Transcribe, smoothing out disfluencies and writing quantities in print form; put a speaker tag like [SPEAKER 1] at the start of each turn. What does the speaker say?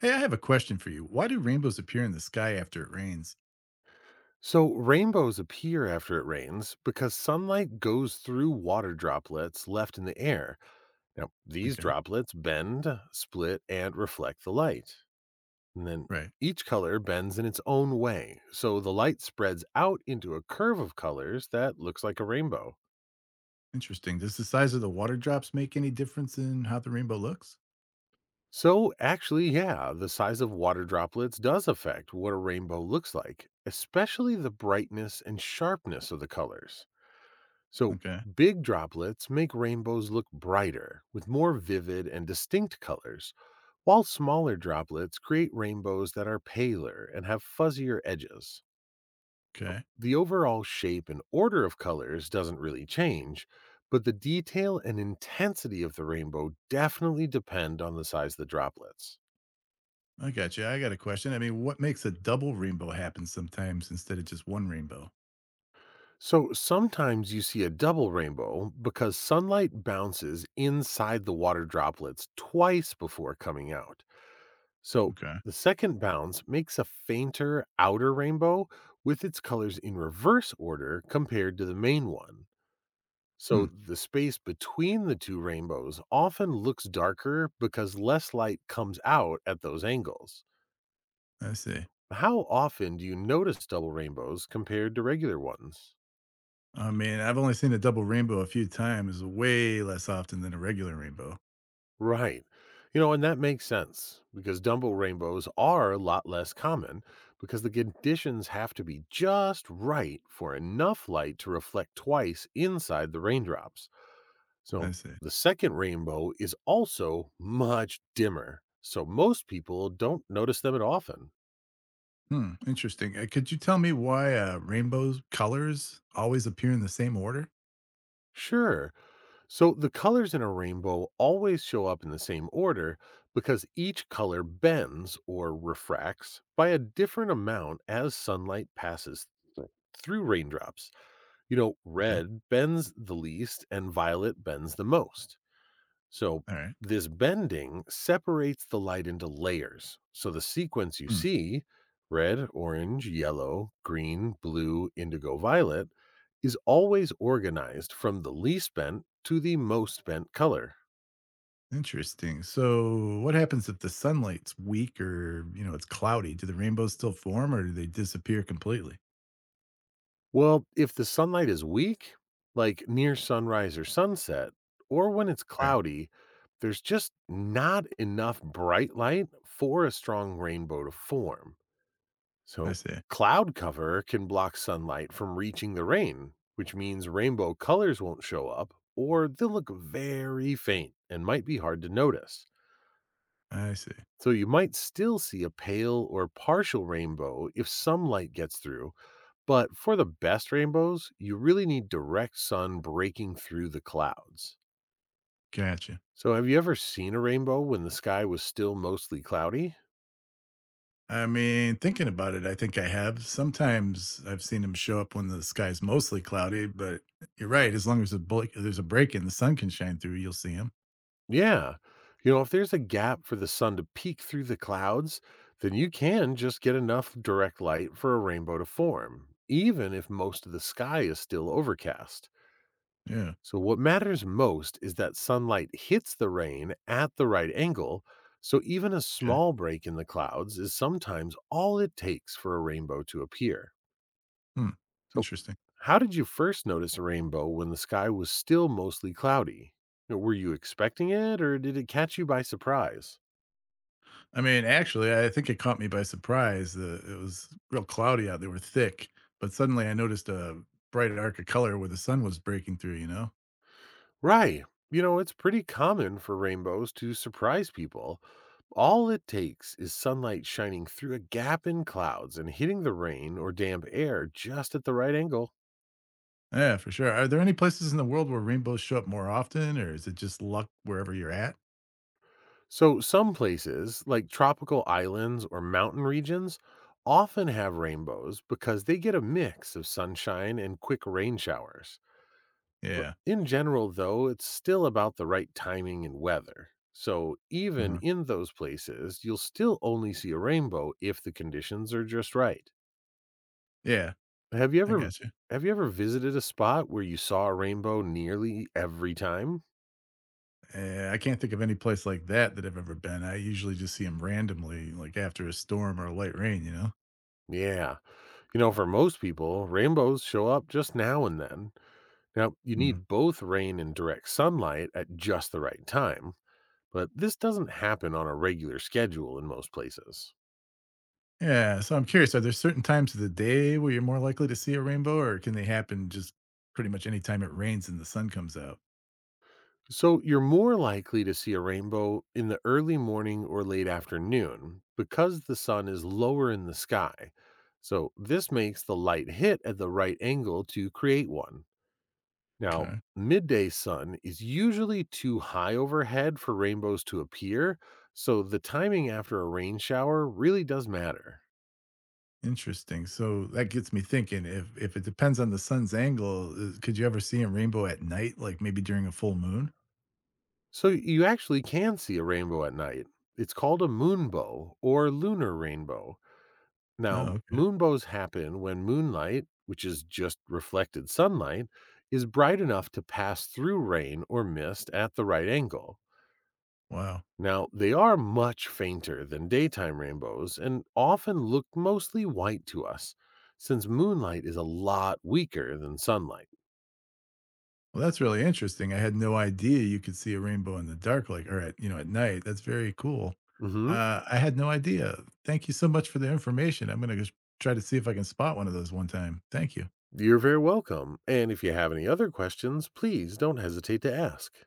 [SPEAKER 1] Hey, I have a question for you. Why do rainbows appear in the sky after it rains?
[SPEAKER 2] So, rainbows appear after it rains because sunlight goes through water droplets left in the air. Now, these
[SPEAKER 1] Okay.
[SPEAKER 2] droplets bend, split, and reflect the light. And then
[SPEAKER 1] Right.
[SPEAKER 2] each color bends in its own way. So, the light spreads out into a curve of colors that looks like a rainbow.
[SPEAKER 1] Interesting. Does the size of the water drops make any difference in how the rainbow looks?
[SPEAKER 2] So, actually, yeah, the size of water droplets does affect what a rainbow looks like, especially the brightness and sharpness of the colors. So,
[SPEAKER 1] Okay.
[SPEAKER 2] big droplets make rainbows look brighter with more vivid and distinct colors, while smaller droplets create rainbows that are paler and have fuzzier edges.
[SPEAKER 1] Okay.
[SPEAKER 2] The overall shape and order of colors doesn't really change, but the detail and intensity of the rainbow definitely depend on the size of the droplets.
[SPEAKER 1] I got you. I got a question. I mean, what makes a double rainbow happen sometimes instead of just one rainbow?
[SPEAKER 2] So sometimes you see a double rainbow because sunlight bounces inside the water droplets twice before coming out. So
[SPEAKER 1] Okay.
[SPEAKER 2] the second bounce makes a fainter outer rainbow with its colors in reverse order compared to the main one. So
[SPEAKER 1] Hmm.
[SPEAKER 2] the space between the two rainbows often looks darker because less light comes out at those angles.
[SPEAKER 1] I see.
[SPEAKER 2] How often do you notice double rainbows compared to regular ones?
[SPEAKER 1] I mean, I've only seen a double rainbow a few times, way less often than a regular rainbow.
[SPEAKER 2] Right. You know, and that makes sense because Dumbo rainbows are a lot less common because the conditions have to be just right for enough light to reflect twice inside the raindrops.
[SPEAKER 1] I
[SPEAKER 2] So
[SPEAKER 1] see.
[SPEAKER 2] the second rainbow is also much dimmer. So most people don't notice them at often.
[SPEAKER 1] Hmm. Interesting. Could you tell me why rainbows colors always appear in the same order?
[SPEAKER 2] Sure. So the colors in a rainbow always show up in the same order because each color bends or refracts by a different amount as sunlight passes th- through raindrops. You know,
[SPEAKER 1] Okay.
[SPEAKER 2] red bends the least and violet bends the most. So,
[SPEAKER 1] All right.
[SPEAKER 2] this bending separates the light into layers. So, the sequence you
[SPEAKER 1] Hmm.
[SPEAKER 2] see, red, orange, yellow, green, blue, indigo, violet, is always organized from the least bent to the most bent color.
[SPEAKER 1] Interesting. So, what happens if the sunlight's weak or, you know, it's cloudy? Do the rainbows still form or do they disappear completely?
[SPEAKER 2] Well, if the sunlight is weak, like near sunrise or sunset, or when it's
[SPEAKER 1] Right.
[SPEAKER 2] cloudy, there's just not enough bright light for a strong rainbow to form.
[SPEAKER 1] I
[SPEAKER 2] So,
[SPEAKER 1] see.
[SPEAKER 2] cloud cover can block sunlight from reaching the rain, which means rainbow colors won't show up or they'll look very faint and might be hard to notice.
[SPEAKER 1] I see.
[SPEAKER 2] So, you might still see a pale or partial rainbow if some light gets through, but for the best rainbows, you really need direct sun breaking through the clouds.
[SPEAKER 1] Gotcha.
[SPEAKER 2] So, have you ever seen a rainbow when the sky was still mostly cloudy?
[SPEAKER 1] I mean, thinking about it, I think I have. Sometimes I've seen them show up when the sky's mostly cloudy, but you're right. As long as there's a break and the sun can shine through, you'll see them.
[SPEAKER 2] Yeah. You know, if there's a gap for the sun to peek through the clouds, then you can just get enough direct light for a rainbow to form, even if most of the sky is still overcast.
[SPEAKER 1] Yeah.
[SPEAKER 2] So, what matters most is that sunlight hits the rain at the right angle. So, even a
[SPEAKER 1] Okay.
[SPEAKER 2] small break in the clouds is sometimes all it takes for a rainbow to appear.
[SPEAKER 1] Hmm.
[SPEAKER 2] So,
[SPEAKER 1] Interesting.
[SPEAKER 2] how did you first notice a rainbow when the sky was still mostly cloudy? You know, were you expecting it or did it catch you by surprise?
[SPEAKER 1] I mean, actually, I think it caught me by surprise. It was real cloudy out. They were thick, but suddenly I noticed a bright arc of color where the sun was breaking through, you know?
[SPEAKER 2] Right. You know, it's pretty common for rainbows to surprise people. All it takes is sunlight shining through a gap in clouds and hitting the rain or damp air just at the right angle.
[SPEAKER 1] Yeah, for sure. Are there any places in the world where rainbows show up more often, or is it just luck wherever you're at?
[SPEAKER 2] So, some places, like tropical islands or mountain regions, often have rainbows because they get a mix of sunshine and quick rain showers.
[SPEAKER 1] Yeah.
[SPEAKER 2] In general, though, it's still about the right timing and weather. So, even
[SPEAKER 1] uh
[SPEAKER 2] in those places, you'll still only see a rainbow if the conditions are just right.
[SPEAKER 1] Yeah,
[SPEAKER 2] Have you
[SPEAKER 1] I
[SPEAKER 2] ever
[SPEAKER 1] got you.
[SPEAKER 2] have you ever visited a spot where you saw a rainbow nearly every time?
[SPEAKER 1] I can't think of any place like that that I've ever been. I usually just see them randomly, like after a storm or a light rain, you know?
[SPEAKER 2] Yeah. You know, for most people, rainbows show up just now and then. Now, you
[SPEAKER 1] Hmm.
[SPEAKER 2] need both rain and direct sunlight at just the right time, but this doesn't happen on a regular schedule in most places.
[SPEAKER 1] Yeah, so I'm curious, are there certain times of the day where you're more likely to see a rainbow, or can they happen just pretty much any time it rains and the sun comes out?
[SPEAKER 2] So you're more likely to see a rainbow in the early morning or late afternoon because the sun is lower in the sky. So this makes the light hit at the right angle to create one. Now,
[SPEAKER 1] Okay.
[SPEAKER 2] midday sun is usually too high overhead for rainbows to appear, so the timing after a rain shower really does matter.
[SPEAKER 1] Interesting. So that gets me thinking, if it depends on the sun's angle, could you ever see a rainbow at night, like maybe during a full moon?
[SPEAKER 2] So you actually can see a rainbow at night. It's called a moonbow or lunar rainbow. Now,
[SPEAKER 1] Oh, okay.
[SPEAKER 2] moonbows happen when moonlight, which is just reflected sunlight, is bright enough to pass through rain or mist at the right angle.
[SPEAKER 1] Wow.
[SPEAKER 2] Now, they are much fainter than daytime rainbows and often look mostly white to us, since moonlight is a lot weaker than sunlight.
[SPEAKER 1] Well, that's really interesting. I had no idea you could see a rainbow in the dark, like or at you know at night. That's very cool.
[SPEAKER 2] hmm
[SPEAKER 1] I had no idea. Thank you so much for the information. I'm gonna try to see if I can spot one of those one time. Thank you.
[SPEAKER 2] You're very welcome. And if you have any other questions, please don't hesitate to ask.